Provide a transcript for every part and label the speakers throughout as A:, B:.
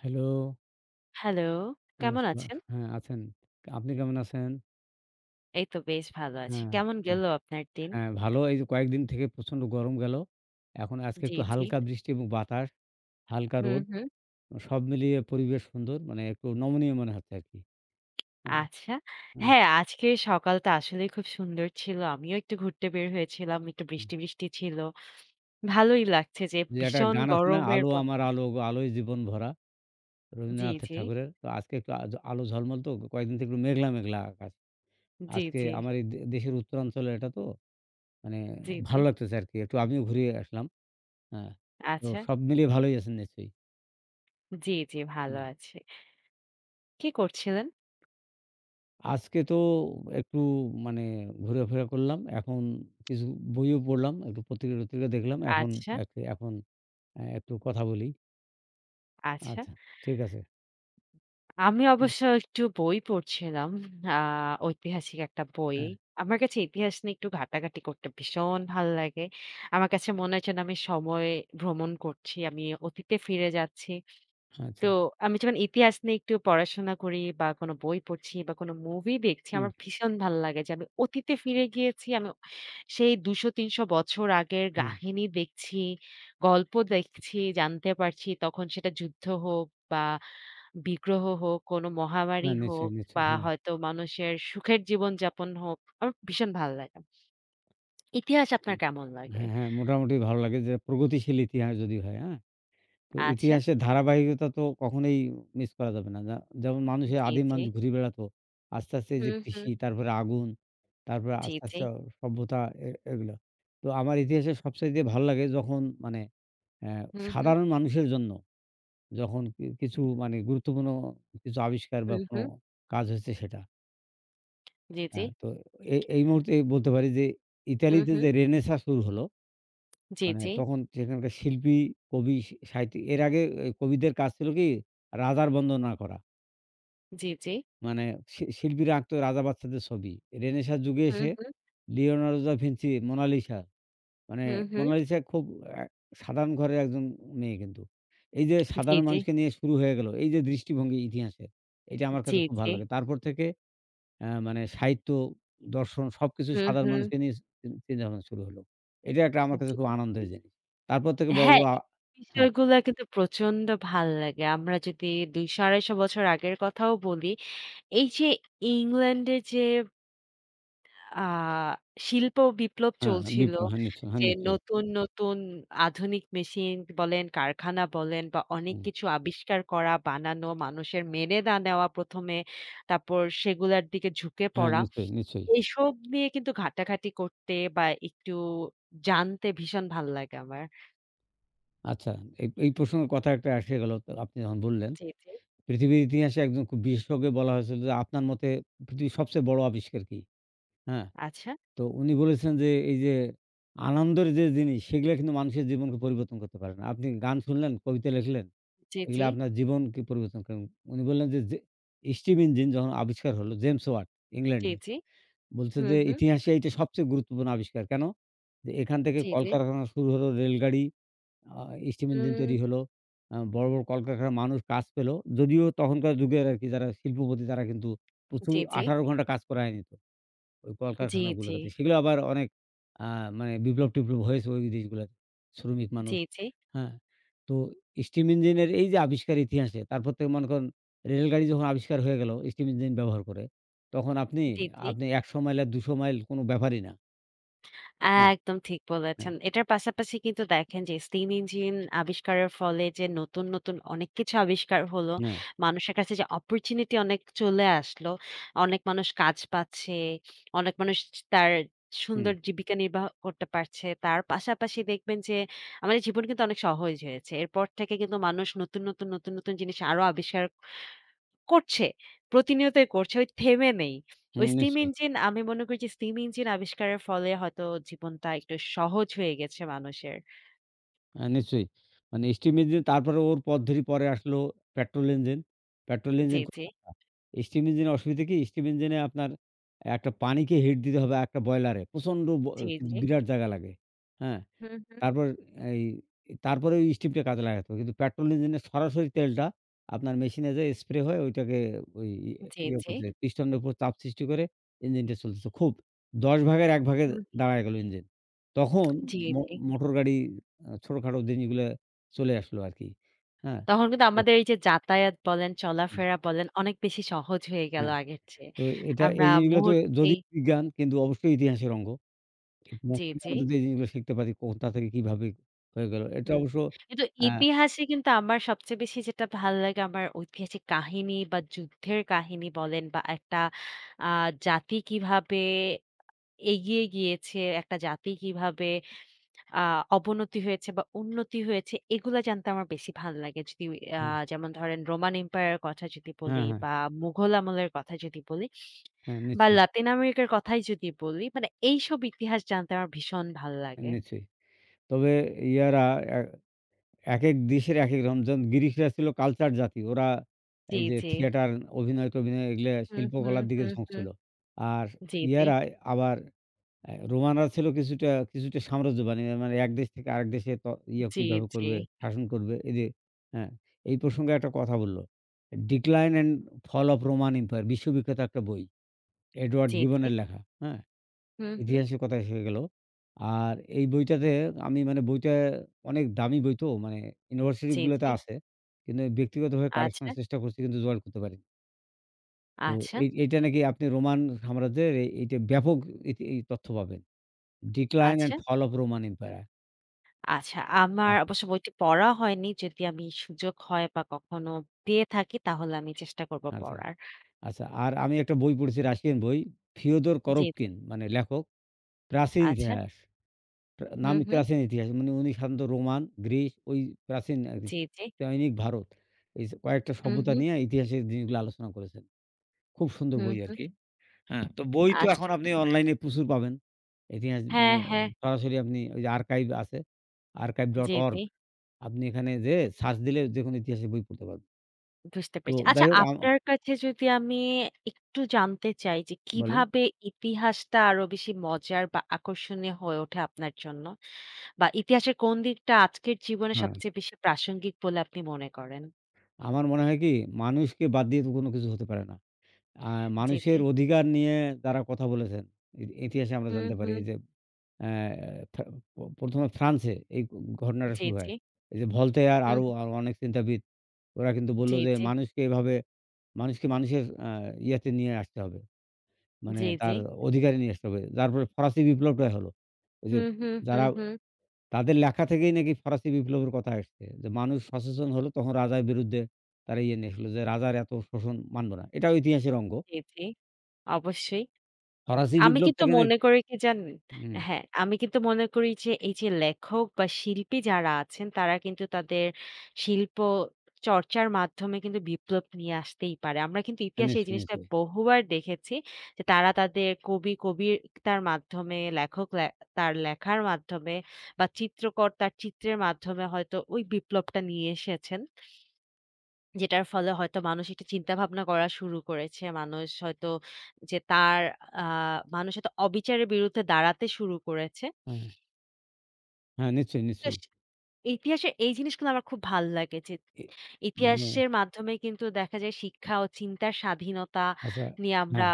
A: Hello,
B: hello,
A: হ্যাঁ,
B: কেমন
A: শুভা
B: আছেন?
A: হ্যাঁ, আছেন। আপনি কেমন আছেন?
B: এই তো বেশ ভালো আছি।
A: হ্যাঁ,
B: কেমন
A: হ্যাঁ,
B: গেল আপনার দিন?
A: হ্যাঁ, ভালো। এই যে কয়েকদিন থেকে প্রচণ্ড গরম গেল। এখন আজকে
B: জি,
A: একটু
B: জি।
A: হালকা বৃষ্টি এবং বাতাস, হালকা
B: হুম,
A: রোদ।
B: হুম।
A: সব মিলিয়ে পরিবেশ সুন্দর। মানে একটু নমনীয় মনে হচ্ছে আরকি। হ্যাঁ,
B: আচ্ছা।
A: হ্যাঁ,
B: হ্যাঁ, আজকের সকালটা আসলেই খুব সুন্দর ছিল। আমিও একটু ঘুরতে বের হয়েছিলাম। একটু
A: হ্যাঁ।
B: বৃষ্টি, বৃষ্টি ছিল। ভালোই লাগছে যে
A: যে একটা
B: ভীষণ
A: গান আছে না?
B: গরমের
A: "আলো
B: পর।
A: আমার আলো, গো, আলোয় জীবন ভরা"
B: জি,
A: রবীন্দ্রনাথ
B: জি।
A: ঠাকুরের। তো আজকে একটু আজ আলো ঝলমল তো কয়েকদিন থেকে একটু মেঘলা, মেঘলা আকাশ।
B: জি,
A: আজকে
B: জি।
A: আমার এই দেশের উত্তরাঞ্চলে এটা তো, মানে
B: জি, জি।
A: ভালো লাগতেছে আরকি। একটু আমিও ঘুরে আসলাম। হ্যাঁ, তো
B: আচ্ছা।
A: সব মিলিয়ে ভালোই আছেন নিশ্চয়ই?
B: জি, জি, ভালো
A: হুম।
B: আছি। কি করছিলেন?
A: আজকে তো একটু মানে ঘোরাফেরা করলাম। এখন কিছু বইও পড়লাম। একটু পত্রিকা-টত্রিকা দেখলাম। এখন
B: আচ্ছা,
A: একটু এখন একটু কথা বলি।
B: আচ্ছা।
A: আচ্ছা, ঠিক আছে।
B: আমি
A: হুম,
B: অবশ্য একটু বই পড়ছিলাম। আ ঐতিহাসিক একটা বই।
A: হ্যাঁ,
B: আমার কাছে ইতিহাস নিয়ে একটু ঘাটাঘাটি করতে ভীষণ ভাল লাগে। আমার কাছে মনে হয় যেন আমি সময় ভ্রমণ করছি। আমি অতীতে ফিরে যাচ্ছি। তো
A: আচ্ছা।
B: আমি যখন ইতিহাস নিয়ে একটু পড়াশোনা করি বা কোনো বই পড়ছি বা কোনো মুভি দেখছি,
A: হুম,
B: আমার ভীষণ ভালো লাগে যে আমি অতীতে ফিরে গিয়েছি। আমি সেই ২০০-৩০০ বছর আগের
A: হ্যাঁ,
B: কাহিনী দেখছি, গল্প দেখছি, জানতে পারছি। তখন সেটা যুদ্ধ হোক বা বিগ্রহ হোক, কোনো মহামারী
A: হ্যাঁ, নিশ্চয়ই,
B: হোক
A: নিশ্চয়ই।
B: বা হয়তো মানুষের সুখের জীবনযাপন হোক, আমার ভীষণ ভালো লাগে। ইতিহাস আপনার কেমন লাগে?
A: হ্যাঁ, মোটামুটি ভালো লাগে যে প্রগতিশীল ইতিহাস যদি হয়, হ্যাঁ? তো
B: আচ্ছা।
A: ইতিহাসের ধারাবাহিকতা তো কখনোই মিস করা যাবে না। যেমন মানুষে
B: জি,
A: আদিম
B: জি।
A: মানুষ ঘুরে বেড়াতো। আস্তে, আস্তে এই যে
B: হুম, হুম।
A: কৃষি, তারপরে আগুন, তারপরে
B: জি,
A: আস্তে,
B: জি।
A: আস্তে সভ্যতা এগুলা। তো আমার ইতিহাসে সবচাইতে ভালো লাগে যখন মানে অ্যা
B: হুম, হুম।
A: সাধারণ মানুষের জন্য যখন কি কিছু মানে গুরুত্বপূর্ণ কিছু আবিষ্কার বা
B: হুম,
A: কোনো
B: হুম।
A: কাজ হয়েছে সেটা।
B: জি, জি।
A: হ্যাঁ, তো এই মুহূর্তে বলতে পারি যে
B: হুম,
A: ইতালিতে
B: হুম।
A: যে রেনেসাঁ শুরু হলো
B: জি,
A: মানে
B: জি,
A: তখন সেখানকার শিল্পী, কবি, সাহিত্যিক এর আগে এ কবিদের কাজ ছিল কি রাজার বন্দনা করা।
B: জি, জি।
A: মানে শিল্পীরা আঁকত রাজা বাচ্চাদের ছবি। রেনেসাঁ যুগে
B: হুম,
A: এসে
B: হুম,
A: লিওনার্দো দা ভিঞ্চি, মোনালিসা মানে
B: হুম, হুম।
A: মোনালিসা খুব আ সাধারণ ঘরের একজন মেয়ে কিন্তু। এই যে
B: জি,
A: সাধারণ
B: জি,
A: মানুষকে নিয়ে শুরু হয়ে গেল, এই যে দৃষ্টিভঙ্গি ইতিহাসের, এইটা আমার
B: জি,
A: কাছে খুব
B: জি।
A: ভালো লাগে। তারপর থেকে মানে সাহিত্য, দর্শন সবকিছুই
B: হুম,
A: সাধারণ
B: হুম।
A: মানুষকে নিয়ে চিন্তাভাবনা শুরু হলো। এটা একটা আমার কাছে
B: জি,
A: খুব
B: জি।
A: আনন্দের জিনিস। তারপর থেকে বড়,
B: হ্যাঁ,
A: বড়
B: এই
A: হ্যাঁ,
B: বিষয়গুলা কিন্তু প্রচন্ড ভাল লাগে। আমরা যদি ২ ১৫০ বছর আগের কথাও বলি, এই যে ইংল্যান্ডে যে আ শিল্প বিপ্লব
A: হ্যাঁ,
B: চলছিল,
A: বিপ্লব হ্যাঁ, নিশ্চয়ই, হ্যাঁ,
B: যে
A: নিশ্চয়ই।
B: নতুন, নতুন আধুনিক মেশিন বলেন, কারখানা বলেন বা অনেক
A: হুম,
B: কিছু আবিষ্কার করা, বানানো, মানুষের মেনে না নেওয়া ১ম এ, তারপর সেগুলার দিকে ঝুঁকে পড়া।
A: নিশ্চয়ই, নিশ্চয়ই।
B: এইসব নিয়ে কিন্তু ঘাটাঘাটি করতে বা একটু জানতে ভীষণ ভাল লাগে আমার।
A: আচ্ছা এই প্রসঙ্গের কথা একটা এসে গেল তো আপনি যখন বললেন।
B: জি, জি।
A: পৃথিবীর ইতিহাসে একজন খুব বিশেষজ্ঞ বলা হয়েছিল যে আপনার মতে পৃথিবীর সবচেয়ে বড় আবিষ্কার কি? হ্যাঁ,
B: আচ্ছা।
A: তো উনি বলেছেন যে এই যে আনন্দের যে জিনিস সেগুলা কিন্তু মানুষের জীবনকে পরিবর্তন করতে পারে না। আপনি গান শুনলেন, কবিতা লিখলেন
B: জি, জি,
A: এগুলা আপনার জীবনকে পরিবর্তন করেন। উনি বললেন যে স্টিম ইঞ্জিন যখন আবিষ্কার হলো জেমস ওয়াট
B: জি,
A: ইংল্যান্ডের।
B: জি।
A: বলছে
B: হুম,
A: যে
B: হুম।
A: ইতিহাসে এইটা সবচেয়ে গুরুত্বপূর্ণ আবিষ্কার। কেন? যে এখান থেকে
B: জি, জি।
A: কলকারখানা শুরু হলো, রেলগাড়ি, আ স্টিম ইঞ্জিন তৈরি
B: উম।
A: হলো। বড়, বড় কলকারখানার মানুষ কাজ পেল। যদিও তখনকার যুগের আরকি যারা শিল্পপতি তারা কিন্তু প্রচুর
B: জি, জি।
A: ১৮ ঘন্টা কাজ করে আয় নিত। ওই
B: জি, জি।
A: কলকারখানাগুলোতে। সেগুলো আবার অনেক আ মানে বিপ্লব-টিপ্লব হয়েছে ওই দেশগুলাতে। শ্রমিক মানুষ,
B: জি, জি।
A: হ্যাঁ? তো স্টিম ইঞ্জিনের এই যে আবিষ্কার ইতিহাসে, তারপর থেকে মনে করেন রেলগাড়ি যখন আবিষ্কার হয়ে গেল স্টিম ইঞ্জিন ব্যবহার করে, তখন আপনি
B: জি, জি।
A: আপনি ১০০ মাইল আর ২০০ মাইল কোনো ব্যাপারই না। হ্যাঁ,
B: একদম ঠিক
A: হ্যাঁ,
B: বলেছেন। এটার পাশাপাশি কিন্তু দেখেন যে steam engine আবিষ্কারের ফলে যে নতুন, নতুন অনেক কিছু আবিষ্কার হলো।
A: হ্যাঁ,
B: মানুষের কাছে যে opportunity অনেক চলে আসলো। অনেক মানুষ কাজ পাচ্ছে। অনেক মানুষ তার
A: হুম,
B: সুন্দর জীবিকা নির্বাহ করতে পারছে। তার পাশাপাশি দেখবেন যে আমাদের জীবন কিন্তু অনেক সহজ হয়েছে। এরপর থেকে কিন্তু মানুষ নতুন, নতুন, নতুন, নতুন জিনিস আরো আবিষ্কার করছে। প্রতিনিয়তই করছে। ওই থেমে নেই।
A: হুম,
B: ওই স্টিম
A: নিশ্চয়ই।
B: ইঞ্জিন, আমি মনে করি যে স্টিম ইঞ্জিন আবিষ্কারের ফলে হয়তো জীবনটা একটু সহজ হয়ে গেছে মানুষের।
A: হ্যাঁ, নিশ্চয়ই। মানে স্টিম ইঞ্জিন তারপরে ওর পথ ধরে পরে আসলো পেট্রোল ইঞ্জিন। পেট্রোল
B: জি,
A: ইঞ্জিন খুব
B: জি,
A: ঠান্ডা। স্টিম ইঞ্জিনের অসুবিধা কি? স্টিম ইঞ্জিনে আপনার একটা পানিকে হিট দিতে হবে একটা বয়লারে। প্রচণ্ড ব
B: জি,
A: কিন্তু
B: জি।
A: বিরাট জায়গা লাগে। হ্যাঁ?
B: হুম, হুম।
A: তারপর এই তারপরে ওই স্টিমটা কাজে লাগাতে হবে। কিন্তু পেট্রোল ইঞ্জিনের সরাসরি তেলটা আপনার মেশিনে যেয়ে স্প্রে হয়ে ওইটাকে ওই
B: জি,
A: ইয়ে
B: জি।
A: করতে পিস্টনের উপর চাপ সৃষ্টি করে ইঞ্জিনটা চলতেছে। খুব ১০ ভাগের ১ ভাগে
B: হুম।
A: দাঁড়ায় গেল ইঞ্জিন। তখন
B: জি,
A: মো
B: জি।
A: মোটর গাড়ি ছোটখাটো জিনিসগুলো চলে আসলো আরকি। হ্যাঁ?
B: তখন কিন্তু
A: তো
B: আমাদের এই যে যাতায়াত বলেন,
A: হুম,
B: চলাফেরা বলেন অনেক বেশি সহজ হয়ে গেল
A: হ্যাঁ,
B: আগের চেয়ে।
A: তো
B: আমরা
A: এই জিনিসগুলো তো
B: মুহূর্তেই
A: যদিও বিজ্ঞান কিন্তু অবশ্যই ইতিহাসের অঙ্গ। ইতিহাস
B: জি,
A: থেকে
B: জি।
A: আমরা যদি এই জিনিসগুলো শিখতে পারি কোথা থেকে কিভাবে হয়ে গেল। এটা
B: হুম,
A: অবশ্য
B: কিন্তু
A: আ
B: ইতিহাসে কিন্তু আমার সবচেয়ে বেশি যেটা ভাল লাগে আমার ঐতিহাসিক কাহিনী বা যুদ্ধের কাহিনী বলেন বা একটা আ জাতি কিভাবে এগিয়ে গিয়েছে, একটা জাতি কিভাবে আ অবনতি হয়েছে বা উন্নতি হয়েছে এগুলা জানতে আমার বেশি ভাল লাগে। যদি আ
A: হ্যাঁ,
B: যেমন ধরেন রোমান এম্পায়ারের কথা যদি বলি
A: হ্যাঁ।
B: বা মুঘল আমলের কথা যদি বলি
A: হ্যাঁ,
B: বা
A: নিশ্চয়ই,
B: লাতিন আমেরিকার কথাই যদি বলি, মানে এইসব ইতিহাস জানতে আমার ভীষণ ভাল লাগে।
A: নিশ্চয়ই। তবে ইয়ারা এ একেক দেশের একেক রকম। যেমন গ্রিকরা ছিল কালচার জাতি। ওরা
B: জি,
A: এই যে
B: জি।
A: থিয়েটার, অভিনয়-টভিনয় এগুলা
B: হুম, হুম,
A: শিল্পকলার দিকে
B: হুম,
A: ঝোঁক
B: হুম।
A: ছিল। আর
B: জি, জি।
A: ইয়ারা আবার এ রোমানরা ছিল কিছুটা সাম্রাজ্যবাণী। মানে এক দেশ থেকে আরেক দেশে ইয়ে
B: জি,
A: কিভাবে
B: জি,
A: করবে, শাসন করবে। এই যে হ্যাঁ, এই প্রসঙ্গে একটা কথা বলল। 'Decline and Fall of Roman Empire' বিশ্ববিখ্যাত একটা বই। এডওয়ার্ড
B: জি, জি।
A: গিবনের লেখা। হ্যাঁ?
B: হুম, হুম।
A: ইতিহাসের কথা এসে গেল। আর এই বইটাতে আমি মানে বইটা অনেক দামি বই তো মানে ইউনিভার্সিটি
B: জি,
A: গুলোতে
B: জি।
A: আছে। কিন্তু ব্যক্তিগতভাবে কালেকশন
B: আচ্ছা,
A: এর চেষ্টা করছি কিন্তু জোগাড় করতে পারিনি। তো
B: আচ্ছা,
A: এইটা নাকি আপনি রোমান সাম্রাজ্যের এইটা ব্যাপক এই তথ্য পাবেন। 'Decline and
B: আচ্ছা,
A: Fall of Roman Empire'
B: আচ্ছা। আমার
A: আচ্ছা,
B: অবশ্য বইটি পড়া হয়নি। যদি আমি সুযোগ হয় বা কখনো পেয়ে থাকি তাহলে আমি চেষ্টা করব
A: আচ্ছা,
B: পড়ার।
A: আচ্ছা। আর আমি একটা বই পড়েছি রাশিয়ান বই। ফিওদর
B: জি, জি।
A: করভকিন মানে লেখক 'প্রাচীন
B: আচ্ছা।
A: ইতিহাস'
B: হুম,
A: নামই
B: হুম।
A: প্রাচীন ইতিহাস। মানে উনি সাধারণত রোমান, গ্রিস ওই প্রাচীন আরকি
B: জি, জি।
A: দৈনিক ভারত। এই যে কয়েকটা
B: হুম,
A: সভ্যতা
B: হুম,
A: নিয়ে ইতিহাসের জিনিসগুলো আলোচনা করেছেন। খুব সুন্দর
B: হুম,
A: বই
B: হুম।
A: আরকি। হ্যাঁ, তো বই তো
B: আচ্ছা।
A: এখন আপনি অনলাইনে প্রচুর পাবেন। ইতিহাস
B: হ্যাঁ, হ্যাঁ।
A: সরাসরি আপনি ওই যে আর্কাইভ আছে।
B: জি, জি।
A: archive.org আপনি এখানে যেয়ে সার্চ দিলে যেকোনো ইতিহাসের বই পড়তে পারবেন।
B: বুঝতে
A: তো
B: পেরেছি।
A: যাই
B: আচ্ছা,
A: হোক
B: আপনার কাছে যদি আমি একটু জানতে চাই যে
A: বলেন?
B: কিভাবে ইতিহাসটা আরো বেশি মজার বা আকর্ষণীয় হয়ে ওঠে আপনার জন্য? বা ইতিহাসের কোন দিকটা আজকের জীবনে
A: হ্যাঁ,
B: সবচেয়ে বেশি প্রাসঙ্গিক বলে আপনি মনে করেন?
A: আমার মনে হয় কি মানুষকে বাদ দিয়ে তো কোনো কিছু হতে পারে না। আ
B: জি, জি।
A: মানুষের অধিকার নিয়ে যারা কথা বলেছেন, ইতিহাসে আমরা
B: হুম,
A: জানতে পারি
B: হুম।
A: যে অ্যা থা প ১ম এ ফ্রান্সে এই ঘটনাটা
B: জি,
A: শুরু
B: জি।
A: হয়। এই যে ভলতেয়ার
B: হুম,
A: আরো আরো অনেক চিন্তাবিদ ওরা কিন্তু বলল
B: জি,
A: যে
B: জি।
A: মানুষকে এভাবে মানুষের ইয়াতে নিয়ে আসতে হবে। মানে
B: জি, জি।
A: তার অধিকারে নিয়ে আসতে হবে। যার ফলে ফরাসি বিপ্লবটাই হলো। ওই যে
B: হুম, হুম,
A: যারা
B: হুম, হুম।
A: তাদের লেখা থেকেই নাকি ফরাসি বিপ্লবের কথা আসছে। যে মানুষ সচেতন হলো তখন রাজার বিরুদ্ধে তারা ইয়ে নিয়ে আসলো যে রাজার এত শোষণ মানব না। এটাও ইতিহাসের অঙ্গ।
B: জি, জি। অবশ্যই।
A: ফরাসি
B: আমি
A: বিপ্লব
B: কিন্তু
A: থেকে নাকি
B: মনে করি কি জানেন?
A: হুম,
B: হ্যাঁ, আমি কিন্তু মনে করি যে এই যে লেখক বা শিল্পী যারা আছেন তারা কিন্তু তাদের শিল্প চর্চার মাধ্যমে কিন্তু বিপ্লব নিয়ে আসতেই পারে। আমরা কিন্তু
A: হ্যাঁ
B: ইতিহাসে এই
A: নিশ্চয়ই,
B: জিনিসটা
A: নিশ্চয়ই।
B: বহুবার দেখেছি যে তারা তাদের কবি কবিতার মাধ্যমে, লেখক লে তার লেখার মাধ্যমে বা চিত্রকর তার চিত্রের মাধ্যমে হয়তো ওই বিপ্লবটা নিয়ে এসেছেন। যেটার ফলে হয়তো মানুষ একটু চিন্তা ভাবনা করা শুরু করেছে। মানুষ হয়তো যে তার আ মানুষ হয়তো অবিচারের বিরুদ্ধে দাঁড়াতে শুরু করেছে।
A: হ্যাঁ, হ্যাঁ নিশ্চয়ই,
B: তো
A: নিশ্চয়ই।
B: স ইতিহাসের এই জিনিসগুলো আমার খুব ভাল লাগে যে
A: এ মানে
B: ইতিহাসের মাধ্যমে কিন্তু দেখা যায় শিক্ষা ও চিন্তার স্বাধীনতা
A: আচ্ছা,
B: নিয়ে আমরা
A: হ্যাঁ,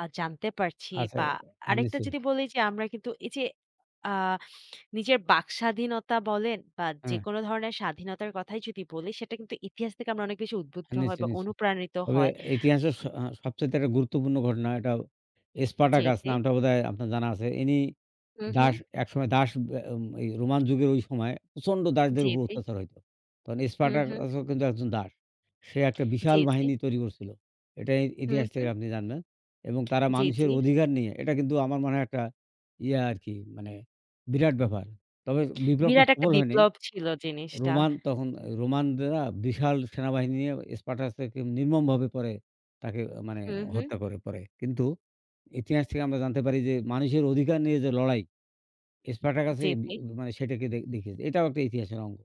B: জানতে পারছি।
A: আচ্ছা,
B: বা
A: হ্যাঁ,
B: আরেকটা
A: নিশ্চয়ই।
B: যদি বলি যে আমরা কিন্তু এই যে আ নিজের বাকস্বাধীনতা বলেন বা
A: হ্যাঁ,
B: যেকোনো ধরনের স্বাধীনতার কথাই যদি বলি সেটা কিন্তু ইতিহাস থেকে আমরা অনেক বেশি উদ্বুদ্ধ
A: হ্যাঁ,
B: হই
A: নিশ্চয়ই,
B: বা
A: নিশ্চয়ই।
B: অনুপ্রাণিত
A: তবে
B: হয়।
A: ইতিহাসের স আ সবচাইতে একটা গুরুত্বপূর্ণ ঘটনা এটা
B: জি,
A: স্পার্টাকাস
B: জি।
A: নামটা বোধহয় আপনার জানা আছে। ইনি
B: হুম, হুম।
A: দাস একসময় দাস আহ, উম এই রোমান যুগের ওই সময় প্রচন্ড দাসদের
B: জি,
A: উপর
B: জি।
A: অত্যাচার হইত। তখন
B: হুম, হুম।
A: স্পার্টাকাসও কিন্তু একজন দাস। সে একটা বিশাল
B: জি, জি।
A: বাহিনী তৈরি করছিল। এটা
B: হুম,
A: ইতিহাস থেকে
B: হুম।
A: আপনি জানবেন। এবং তারা
B: জি,
A: মানুষের
B: জি।
A: অধিকার নিয়ে এটা কিন্তু আমার মনে হয় একটা ইয়া আরকি মানে বিরাট ব্যাপার। তবে বিপ্লবটা
B: বিরাট একটা
A: সফল হয়নি।
B: বিপ্লব ছিল জিনিসটা।
A: রোমান তখন রোমানরা বিশাল সেনাবাহিনী নিয়ে স্পার্টাসকে নির্মমভাবে পরে তাকে মানে
B: হুম, হুম।
A: হত্যা করে পরে। কিন্তু ইতিহাস থেকে আমরা জানতে পারি যে মানুষের অধিকার নিয়ে যে লড়াই
B: জি,
A: স্পার্টাকাসে বি
B: জি।
A: মানে সেটাকে দেখিয়েছে। এটাও একটা ইতিহাসের অঙ্গ।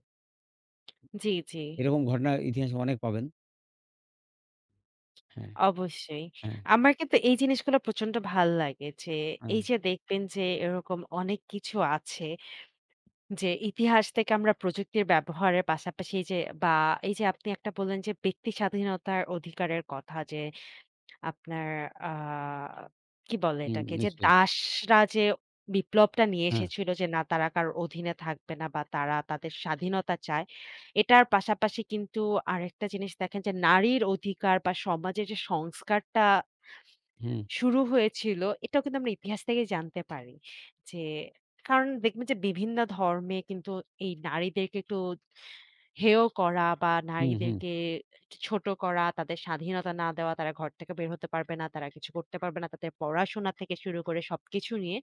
B: জি, জি।
A: এরকম ঘটনা ইতিহাসে অনেক পাবেন। হ্যাঁ,
B: অবশ্যই।
A: হ্যাঁ,
B: আমার কিন্তু এই জিনিসগুলো প্রচন্ড ভাল লাগে যে,
A: হ্যাঁ,
B: এই যে দেখবেন যে এরকম অনেক কিছু আছে, যে ইতিহাস থেকে আমরা প্রযুক্তির ব্যবহারের পাশাপাশি যে বা এই যে আপনি একটা বললেন যে ব্যক্তি স্বাধীনতার অধিকারের কথা, যে আপনার আ কি বলে
A: হুম,
B: এটাকে? যে
A: নিশ্চয়ই।
B: দাসরা যে বিপ্লবটা নিয়ে
A: হ্যাঁ,
B: এসেছিল যে না তারা কারো অধীনে থাকবে না বা তারা তাদের স্বাধীনতা চায়। এটার পাশাপাশি কিন্তু আরেকটা জিনিস দেখেন যে নারীর অধিকার বা সমাজের যে সংস্কারটা
A: হুম,
B: শুরু হয়েছিল, এটাও কিন্তু আমরা ইতিহাস থেকে জানতে পারি। যে, কারণ দেখবেন যে বিভিন্ন ধর্মে কিন্তু এই নারীদেরকে একটু হেয় করা বা
A: হুম, হুম,
B: নারীদেরকে ছোট করা, তাদের স্বাধীনতা না দেওয়া, তারা ঘর থেকে বের হতে পারবে না, তারা কিছু করতে পারবে না, তাদের পড়াশোনা থেকে শুরু করে সবকিছু নিয়ে।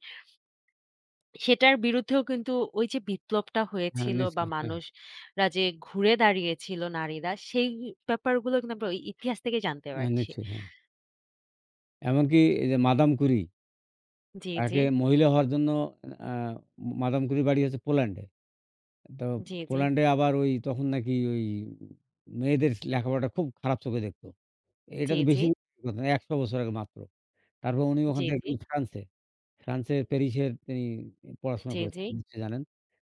B: সেটার বিরুদ্ধেও কিন্তু ওই যে বিপ্লবটা
A: হ্যাঁ,
B: হয়েছিল বা
A: নিশ্চয়ই, হ্যাঁ,
B: মানুষরা যে ঘুরে দাঁড়িয়েছিল নারীরা, সেই ব্যাপারগুলো কিন্তু আমরা ওই ইতিহাস থেকে জানতে
A: হ্যাঁ,
B: পারছি।
A: নিশ্চয়ই, হ্যাঁ। এমনকি এই যে মাদাম ক্যুরি
B: জি, জি,
A: তাকে মহিলা হওয়ার জন্য আ মাদাম ক্যুরির বাড়ি হচ্ছে পোল্যান্ডে। তো
B: জি, জি,
A: পোল্যান্ডে আবার ওই তখন নাকি ওই মেয়েদের লেখাপড়াটা খুব খারাপ চোখে দেখত। এটা
B: জি,
A: তো
B: জি,
A: বেশি দিনের কথা না ১০০ বছর আগে মাত্র। তারপর উনি ওখান
B: জি,
A: থেকে
B: জি।
A: গেলেন ফ্রান্সে। ফ্রান্সের প্যারিসের তিনি পড়াশোনা
B: জি, জি,
A: করেছেন নিশ্চয়ই জানেন।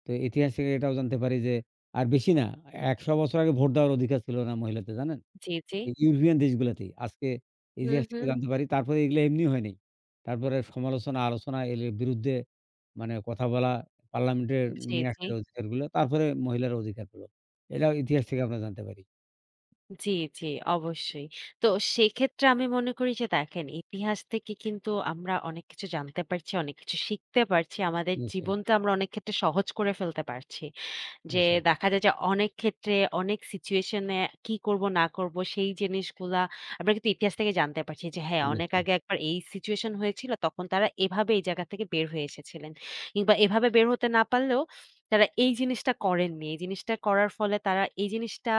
A: তো ইতিহাস থেকে এটাও জানতে পারি যে আর বেশি না ১০০ বছর আগে ভোট দেওয়ার অধিকার ছিল না মহিলাদের জানেন?
B: জি, জি।
A: এই ইউরোপিয়ান দেশগুলাতেই। আজকে
B: হুম,
A: ইতিহাসটা
B: হুম।
A: জানতে পারি। তারপরে এগুলো এমনি হয় নাই। তারপরে সমালোচনা, আলোচনা এর বিরুদ্ধে মানে কথা বলা, পার্লামেন্টে
B: জি,
A: নিয়ে
B: জি,
A: আসার অধিকারগুলো। তারপরে মহিলার অধিকার পেল। এটাও ইতিহাস থেকে আমরা জানতে পারি।
B: জি, জি, অবশ্যই। তো সেক্ষেত্রে আমি মনে করি যে দেখেন ইতিহাস থেকে কিন্তু আমরা অনেক কিছু জানতে পারছি, অনেক কিছু শিখতে পারছি। আমাদের
A: নিশ্চয়ই।
B: জীবনটা আমরা অনেক ক্ষেত্রে সহজ করে ফেলতে পারছি। যে
A: আচ্ছা,
B: দেখা যায় যে অনেক ক্ষেত্রে অনেক সিচুয়েশন এ কি করব না করব সেই জিনিসগুলা আমরা কিন্তু ইতিহাস থেকে জানতে পারছি যে হ্যাঁ, অনেক
A: নিশ্চয়ই।
B: আগে একবার এই সিচুয়েশন হয়েছিল তখন তারা এভাবে এই জায়গা থেকে বের হয়ে এসেছিলেন। কিংবা এভাবে বের হতে না পারলেও তারা এই জিনিসটা করেননি। এই জিনিসটা করার ফলে তারা এই জিনিসটা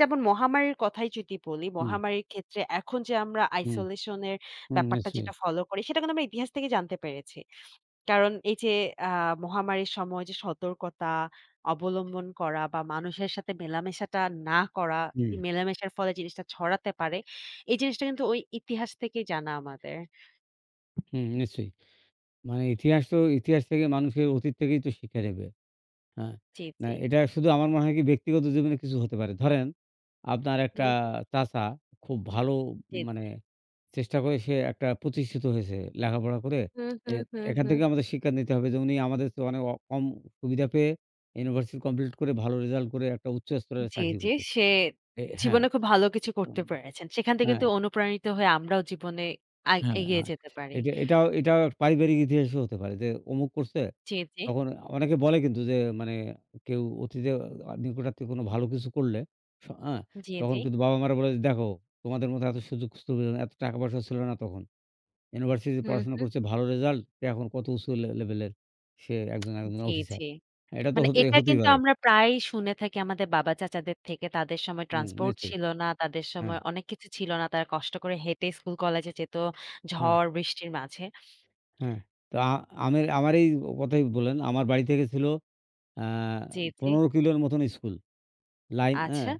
B: যেমন মহামারীর কথাই যদি বলি,
A: হুম,
B: মহামারীর ক্ষেত্রে এখন যে আমরা
A: হুম,
B: আইসোলেশন এর
A: হুম,
B: ব্যাপারটা
A: নিশ্চয়ই।
B: যেটা ফলো করি সেটা কিন্তু আমরা ইতিহাস থেকে জানতে পেরেছি। কারণ এই যে আ মহামারীর সময় যে সতর্কতা অবলম্বন করা বা মানুষের সাথে মেলামেশাটা না করা,
A: হুম,
B: এই মেলামেশার ফলে জিনিসটা ছড়াতে পারে। এই জিনিসটা কিন্তু ওই ইতিহাস থেকেই জানা আমাদের।
A: হুম, নিশ্চয়ই। মানে ইতিহাস তো ইতিহাস থেকে মানুষের অতীত থেকেই তো শিক্ষা নেবে। হ্যাঁ।
B: জি,
A: না
B: জি।
A: এটা শুধু আমার মনে হয় কি ব্যক্তিগত জীবনে কিছু হতে পারে। ধরেন আপনার একটা
B: হুম,
A: চাচা খুব ভালো
B: জি, জি।
A: মানে চেষ্টা করে সে একটা প্রতিষ্ঠিত হয়েছে লেখাপড়া করে।
B: হুম,
A: এ
B: হুম, হুম,
A: এখান
B: হুম।
A: থেকে আমাদের শিক্ষা নিতে হবে যে উনি আমাদের চেয়ে অনেক কম সুবিধা পেয়ে ইউনিভার্সিটি কমপ্লিট করে ভালো রেজাল্ট করে একটা উচ্চ স্তরের
B: জি,
A: চাকরি
B: জি।
A: করতেছে।
B: সে
A: এ হ্যাঁ,
B: জীবনে খুব ভালো কিছু করতে
A: উম,
B: পেরেছেন। সেখান থেকে
A: হ্যাঁ।
B: কিন্তু অনুপ্রাণিত হয়ে আমরাও জীবনে
A: হ্যাঁ,
B: এগিয়ে
A: হ্যাঁ।
B: যেতে পারি।
A: এটা এটাও এটাও পারিবারিক ইতিহাসও হতে পারে যে অমুক করছে,
B: জি, জি।
A: তখন অনেকে বলে কিন্তু যে মানে কেউ অতীতে নিকটাত্মীয় কোনো ভালো কিছু করলে হ্যাঁ,
B: জি,
A: তখন
B: জি।
A: কিন্তু বাবা-মারা বলে যে, "দেখো তোমাদের মতো এত সুযোগ সুবিধা না, এত টাকা-পয়সা ছিল না তখন। ইউনিভার্সিটিতে
B: হুম,
A: পড়াশোনা
B: হুম।
A: করছে, ভালো রেজাল্ট। সে এখন কত উঁচু লেভেলের। সে একজন
B: জি,
A: অফিসার।"
B: জি।
A: এটা তো
B: মানে
A: হতে
B: এটা
A: হতেই
B: কিন্তু
A: পারে।
B: আমরা প্রায়ই শুনে থাকি আমাদের বাবা চাচাদের থেকে। তাদের সময়
A: হুম,
B: ট্রান্সপোর্ট
A: নিশ্চয়ই।
B: ছিল না, তাদের
A: হ্যাঁ,
B: সময় অনেক কিছু ছিল না। তারা কষ্ট করে হেঁটে স্কুল কলেজে যেত
A: হ্যাঁ,
B: ঝড় বৃষ্টির মাঝে।
A: হ্যাঁ। তো আ আমের আমার এই কথাই বলেন। আমার বাড়ি থেকে ছিল আ
B: জি, জি।
A: ১৫ কিলোর মতন স্কুল।
B: আচ্ছা।
A: হ্যাঁ,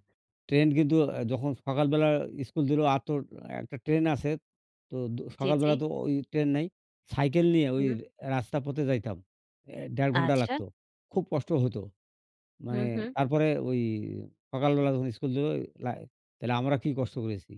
A: ট্রেন কিন্তু যখন সকালবেলা স্কুল দিলেও আর তো একটা ট্রেন আছে। তো
B: জি, জি।
A: সকালবেলা তো ওই ট্রেন নাই। সাইকেল নিয়ে ওই
B: হুম।
A: রাস্তা পথে যাইতাম। ১.৫ ঘন্টা
B: আচ্ছা।
A: লাগতো। খুব কষ্ট হতো।
B: হুম,
A: মানে
B: হুম।
A: তারপরে ওই সকালবেলা যখন স্কুল দিল লাই তাহলে আমরা কি কষ্ট করেছি।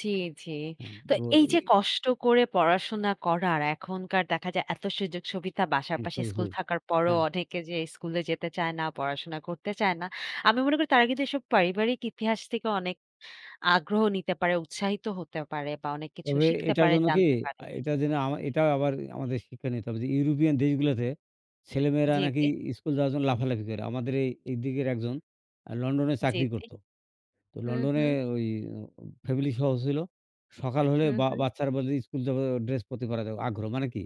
B: জি, জি।
A: হ্যাঁ,
B: তো এই
A: এ
B: যে কষ্ট করে পড়াশোনা করার এখনকার দেখা যায় এত সুযোগ সুবিধা বাসার পাশে
A: শুধু
B: স্কুল থাকার পরও
A: হ্যাঁ।
B: অনেকে যে স্কুলে যেতে চায় না, পড়াশোনা করতে চায় না। আমি মনে করি তারা কিন্তু এসব পারিবারিক ইতিহাস থেকে অনেক আগ্রহ নিতে পারে, উৎসাহিত হতে পারে বা অনেক কিছু
A: তবে
B: শিখতে
A: এটার
B: পারে,
A: জন্য কি
B: জানতে পারে।
A: এটা যেন এটাও আবার আমাদের শিক্ষা নিতে হবে যে ইউরোপিয়ান দেশগুলোতে ছেলেমেয়েরা
B: জি,
A: নাকি
B: জি,
A: স্কুল যাওয়ার জন্য লাফালাফি করে। আমাদের এই এইদিকের একজন লন্ডনে
B: জি,
A: চাকরি
B: জি।
A: করত। তো
B: হুম,
A: লন্ডনে
B: হুম,
A: ওই ফ্যামিলি সহ ছিল। সকাল হলে
B: হুম,
A: বা
B: হুম।
A: বাচ্চারা বলে যে স্কুল যাবে ড্রেস পরতে পারা যাবে আগ্রহ। মানে কি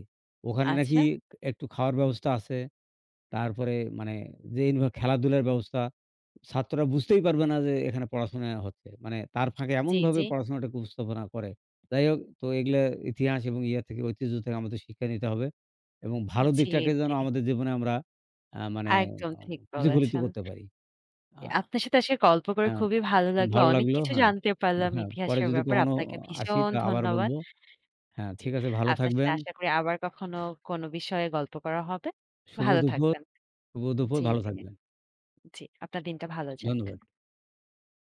A: ওখানে নাকি
B: আচ্ছা।
A: একটু খাওয়ার ব্যবস্থা আছে। তারপরে মানে যে খেলাধুলার ব্যবস্থা ছাত্ররা বুঝতেই পারবে না যে এখানে পড়াশোনা হচ্ছে। মানে তার ফাঁকে
B: জি,
A: এমনভাবে
B: জি,
A: পড়াশোনাটাকে উপস্থাপনা করে। যাই হোক তো এগুলা ইতিহাস এবং ইয়া থেকে ঐতিহ্য থেকে আমাদের শিক্ষা নিতে হবে এবং ভালো
B: জি,
A: দিকটাকে যেন
B: জি।
A: আমাদের জীবনে আমরা আ মানে
B: একদম
A: আ
B: ঠিক
A: প্রতিফলিত
B: বলেছেন।
A: করতে পারি। আ
B: আপনার সাথে আসলে গল্প করে
A: হ্যাঁ,
B: খুবই ভালো লাগলো।
A: ভালো
B: অনেক
A: লাগলো।
B: কিছু
A: হ্যাঁ,
B: জানতে পারলাম
A: হ্যাঁ, পরে
B: ইতিহাসের
A: যদি
B: ব্যাপারে।
A: কখনো
B: আপনাকে
A: আসি
B: ভীষণ
A: তা আবার বলব।
B: ধন্যবাদ।
A: হ্যাঁ,
B: জি,
A: ঠিক আছে ভালো
B: আপনার সাথে
A: থাকবেন।
B: আশা করি আবার কখনো কোনো বিষয়ে গল্প করা হবে।
A: শুভ
B: ভালো
A: দুপুর,
B: থাকবেন।
A: শুভ দুপুর
B: জি,
A: ভালো
B: জি,
A: থাকবেন।
B: জি। আপনার দিনটা ভালো যাক।
A: ধন্যবাদ।